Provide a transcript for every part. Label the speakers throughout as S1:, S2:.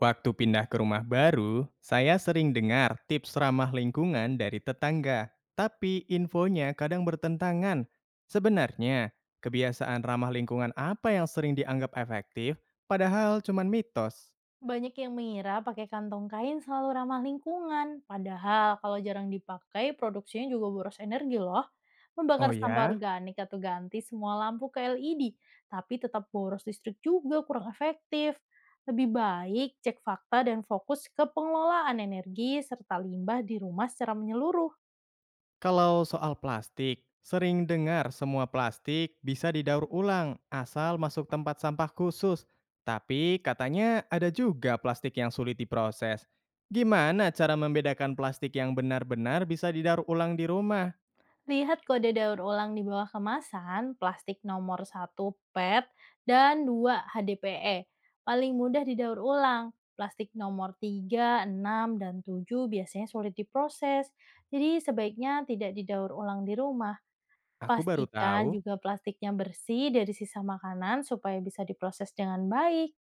S1: Waktu pindah ke rumah baru, saya sering dengar tips ramah lingkungan dari tetangga, tapi infonya kadang bertentangan. Sebenarnya, kebiasaan ramah lingkungan apa yang sering dianggap efektif, padahal cuman mitos?
S2: Banyak yang mengira pakai kantong kain selalu ramah lingkungan, padahal kalau jarang dipakai, produksinya juga boros energi loh.
S1: Oh
S2: Membakar sampah
S1: ya.
S2: organik atau ganti semua lampu ke LED, tapi tetap boros listrik juga kurang efektif. Lebih baik cek fakta dan fokus ke pengelolaan energi serta limbah di rumah secara menyeluruh.
S1: Kalau soal plastik, sering dengar semua plastik bisa didaur ulang asal masuk tempat sampah khusus. Tapi katanya ada juga plastik yang sulit diproses. Gimana cara membedakan plastik yang benar-benar bisa didaur ulang di rumah?
S2: Lihat kode daur ulang di bawah kemasan, plastik nomor satu PET dan 2 HDPE. Paling mudah didaur ulang. Plastik nomor 3 6 dan 7 biasanya sulit diproses. Jadi sebaiknya tidak didaur ulang di rumah.
S1: Aku baru tahu.
S2: Pastikan juga plastiknya bersih dari sisa makanan supaya bisa diproses dengan baik.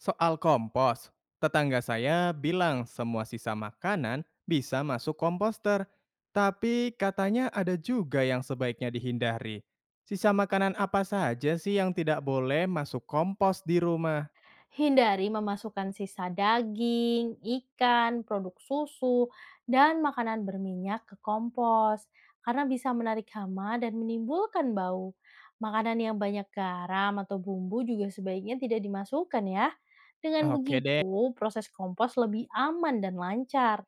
S1: Soal kompos, tetangga saya bilang semua sisa makanan bisa masuk komposter, tapi katanya ada juga yang sebaiknya dihindari. Sisa makanan apa saja sih yang tidak boleh masuk kompos di rumah?
S2: Hindari memasukkan sisa daging, ikan, produk susu, dan makanan berminyak ke kompos karena bisa menarik hama dan menimbulkan bau. Makanan yang banyak garam atau bumbu juga sebaiknya tidak dimasukkan ya. Dengan
S1: Oke deh,
S2: begitu, proses kompos lebih aman dan lancar.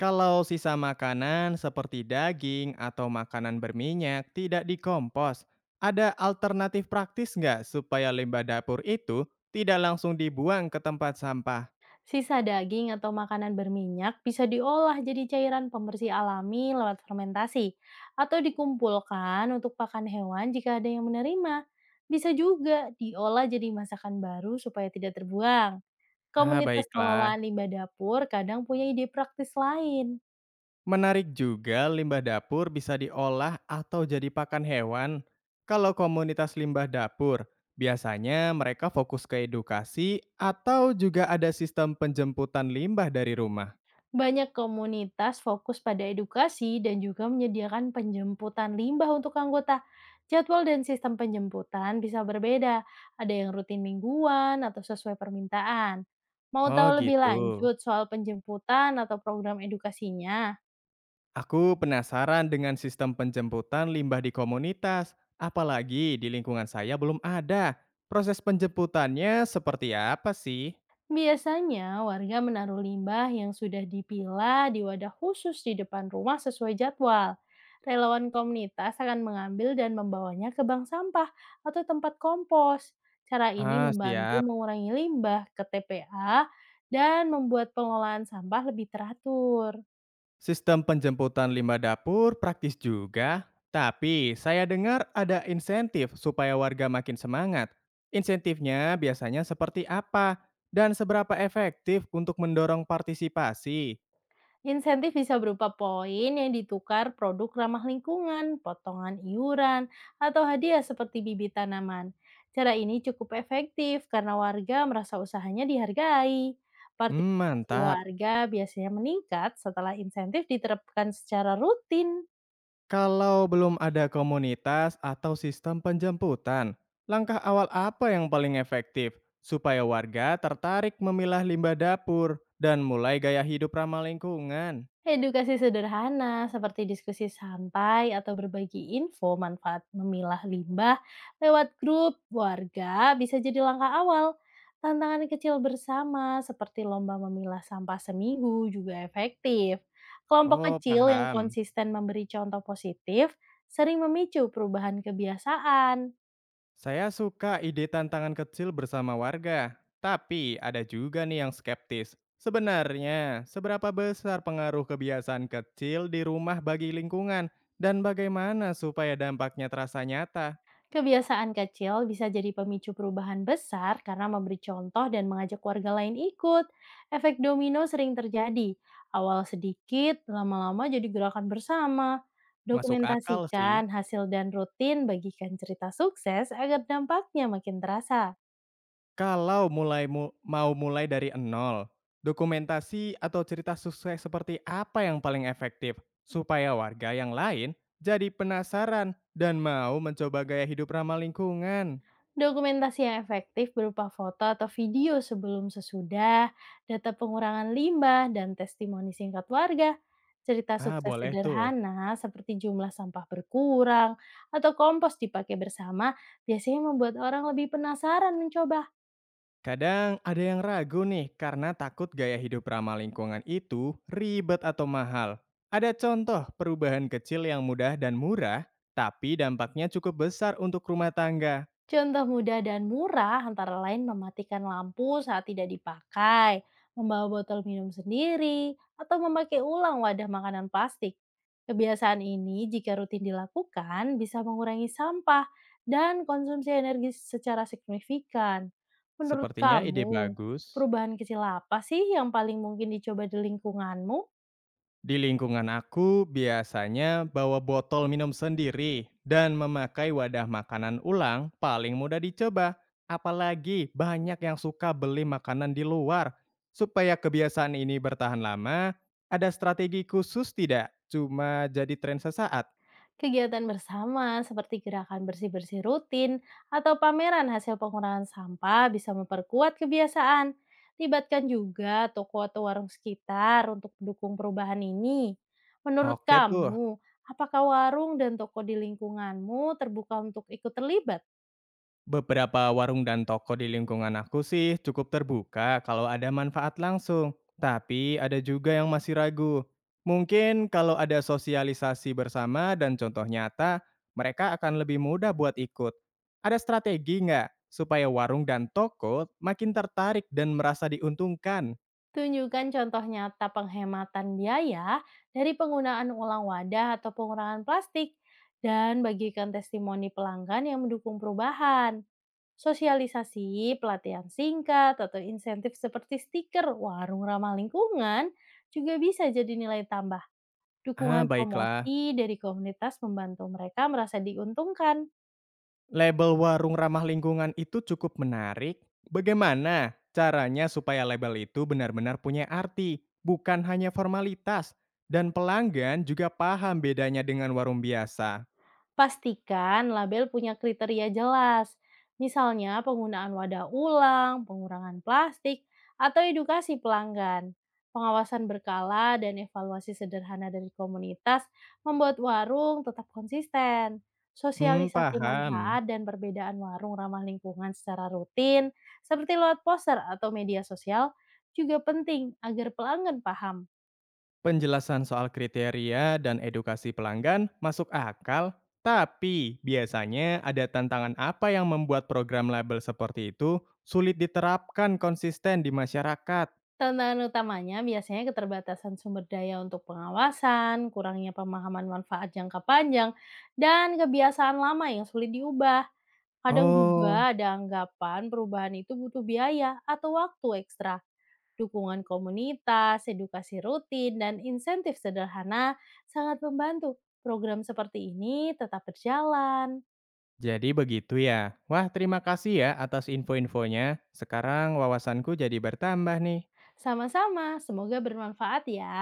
S1: kalau sisa makanan seperti daging atau makanan berminyak tidak dikompos, ada alternatif praktis nggak supaya limbah dapur itu tidak langsung dibuang ke tempat sampah?
S2: Sisa daging atau makanan berminyak bisa diolah jadi cairan pembersih alami lewat fermentasi atau dikumpulkan untuk pakan hewan jika ada yang menerima. Bisa juga diolah jadi masakan baru supaya tidak terbuang.
S1: Ah,
S2: Komunitas
S1: baiklah.
S2: pengelolaan limbah dapur kadang punya ide praktis lain.
S1: Menarik juga limbah dapur bisa diolah atau jadi pakan hewan. Kalau komunitas limbah dapur, biasanya mereka fokus ke edukasi atau juga ada sistem penjemputan limbah dari rumah.
S2: Banyak komunitas fokus pada edukasi dan juga menyediakan penjemputan limbah untuk anggota. Jadwal dan sistem penjemputan bisa berbeda, ada yang rutin mingguan atau sesuai permintaan. Mau
S1: Oh
S2: tahu lebih
S1: gitu.
S2: lanjut soal penjemputan atau program edukasinya?
S1: Aku penasaran dengan sistem penjemputan limbah di komunitas, apalagi di lingkungan saya belum ada. Proses penjemputannya seperti apa sih?
S2: Biasanya, warga menaruh limbah yang sudah dipilah di wadah khusus di depan rumah sesuai jadwal. Relawan komunitas akan mengambil dan membawanya ke bank sampah atau tempat kompos. Cara ini
S1: Ah,
S2: membantu
S1: siap.
S2: mengurangi limbah ke TPA dan membuat pengelolaan sampah lebih teratur.
S1: Sistem penjemputan limbah dapur praktis juga, tapi saya dengar ada insentif supaya warga makin semangat. Insentifnya biasanya seperti apa dan seberapa efektif untuk mendorong partisipasi?
S2: Insentif bisa berupa poin yang ditukar produk ramah lingkungan, potongan iuran, atau hadiah seperti bibit tanaman. Cara ini cukup efektif karena warga merasa usahanya dihargai.
S1: Hmm,
S2: Partisipasi
S1: mantap.
S2: warga biasanya meningkat setelah insentif diterapkan secara rutin.
S1: Kalau belum ada komunitas atau sistem penjemputan, langkah awal apa yang paling efektif supaya warga tertarik memilah limbah dapur dan mulai gaya hidup ramah lingkungan?
S2: Edukasi sederhana seperti diskusi santai atau berbagi info manfaat memilah limbah lewat grup warga bisa jadi langkah awal. Tantangan kecil bersama seperti lomba memilah sampah seminggu juga efektif. Kelompok
S1: Oh,
S2: kecil yang
S1: paham.
S2: konsisten memberi contoh positif sering memicu perubahan kebiasaan.
S1: Saya suka ide tantangan kecil bersama warga, tapi ada juga nih yang skeptis. Sebenarnya, seberapa besar pengaruh kebiasaan kecil di rumah bagi lingkungan dan bagaimana supaya dampaknya terasa nyata?
S2: Kebiasaan kecil bisa jadi pemicu perubahan besar karena memberi contoh dan mengajak warga lain ikut. Efek domino sering terjadi. Awal sedikit, lama-lama jadi gerakan bersama.
S1: Masuk akal sih.
S2: Dokumentasikan hasil dan rutin, bagikan cerita sukses agar dampaknya makin terasa.
S1: Kalau mau mulai dari nol, dokumentasi atau cerita sukses seperti apa yang paling efektif supaya warga yang lain jadi penasaran dan mau mencoba gaya hidup ramah lingkungan?
S2: Dokumentasi yang efektif berupa foto atau video sebelum sesudah, data pengurangan limbah, dan testimoni singkat warga. Cerita
S1: Ah,
S2: sukses
S1: boleh tuh.
S2: sederhana seperti jumlah sampah berkurang atau kompos dipakai bersama biasanya membuat orang lebih penasaran mencoba.
S1: Kadang ada yang ragu nih karena takut gaya hidup ramah lingkungan itu ribet atau mahal. Ada contoh perubahan kecil yang mudah dan murah, tapi dampaknya cukup besar untuk rumah tangga.
S2: Contoh mudah dan murah antara lain mematikan lampu saat tidak dipakai, membawa botol minum sendiri, atau memakai ulang wadah makanan plastik. Kebiasaan ini jika rutin dilakukan bisa mengurangi sampah dan konsumsi energi secara signifikan. Menurut
S1: Sepertinya ide
S2: kamu,
S1: bagus.
S2: perubahan kecil apa sih yang paling mungkin dicoba di lingkunganmu?
S1: Di lingkungan aku biasanya bawa botol minum sendiri dan memakai wadah makanan ulang paling mudah dicoba. Apalagi banyak yang suka beli makanan di luar. Supaya kebiasaan ini bertahan lama, ada strategi khusus tidak? Cuma jadi tren sesaat.
S2: Kegiatan bersama seperti gerakan bersih-bersih rutin atau pameran hasil pengurangan sampah bisa memperkuat kebiasaan. Libatkan juga toko atau warung sekitar untuk mendukung perubahan ini. Menurut
S1: Oke tuh.
S2: kamu, apakah warung dan toko di lingkunganmu terbuka untuk ikut terlibat?
S1: Beberapa warung dan toko di lingkungan aku sih cukup terbuka kalau ada manfaat langsung, tapi ada juga yang masih ragu. Mungkin kalau ada sosialisasi bersama dan contoh nyata, mereka akan lebih mudah buat ikut. Ada strategi nggak supaya warung dan toko makin tertarik dan merasa diuntungkan?
S2: Tunjukkan contoh nyata penghematan biaya dari penggunaan ulang wadah atau pengurangan plastik dan bagikan testimoni pelanggan yang mendukung perubahan. Sosialisasi, pelatihan singkat, atau insentif seperti stiker warung ramah lingkungan juga bisa jadi nilai tambah.
S1: Ah,
S2: Dukungan
S1: baiklah.
S2: promosi dari komunitas membantu mereka merasa diuntungkan.
S1: Label warung ramah lingkungan itu cukup menarik. Bagaimana caranya supaya label itu benar-benar punya arti, bukan hanya formalitas, dan pelanggan juga paham bedanya dengan warung biasa?
S2: Pastikan label punya kriteria jelas, misalnya penggunaan wadah ulang, pengurangan plastik, atau edukasi pelanggan. Pengawasan berkala dan evaluasi sederhana dari komunitas membuat warung tetap konsisten.
S1: Hmm,
S2: Sosialisasi
S1: paham.
S2: manfaat dan perbedaan warung ramah lingkungan secara rutin, seperti lewat poster atau media sosial, juga penting agar pelanggan paham.
S1: Penjelasan soal kriteria dan edukasi pelanggan masuk akal, tapi biasanya ada tantangan apa yang membuat program label seperti itu sulit diterapkan konsisten di masyarakat?
S2: Tantangan utamanya biasanya keterbatasan sumber daya untuk pengawasan, kurangnya pemahaman manfaat jangka panjang, dan kebiasaan lama yang sulit diubah. Kadang
S1: Oh.
S2: juga ada anggapan perubahan itu butuh biaya atau waktu ekstra. Dukungan komunitas, edukasi rutin, dan insentif sederhana sangat membantu program seperti ini tetap berjalan.
S1: Jadi begitu ya. Wah, terima kasih ya atas info-infonya. Sekarang wawasanku jadi bertambah nih.
S2: Sama-sama, semoga bermanfaat ya.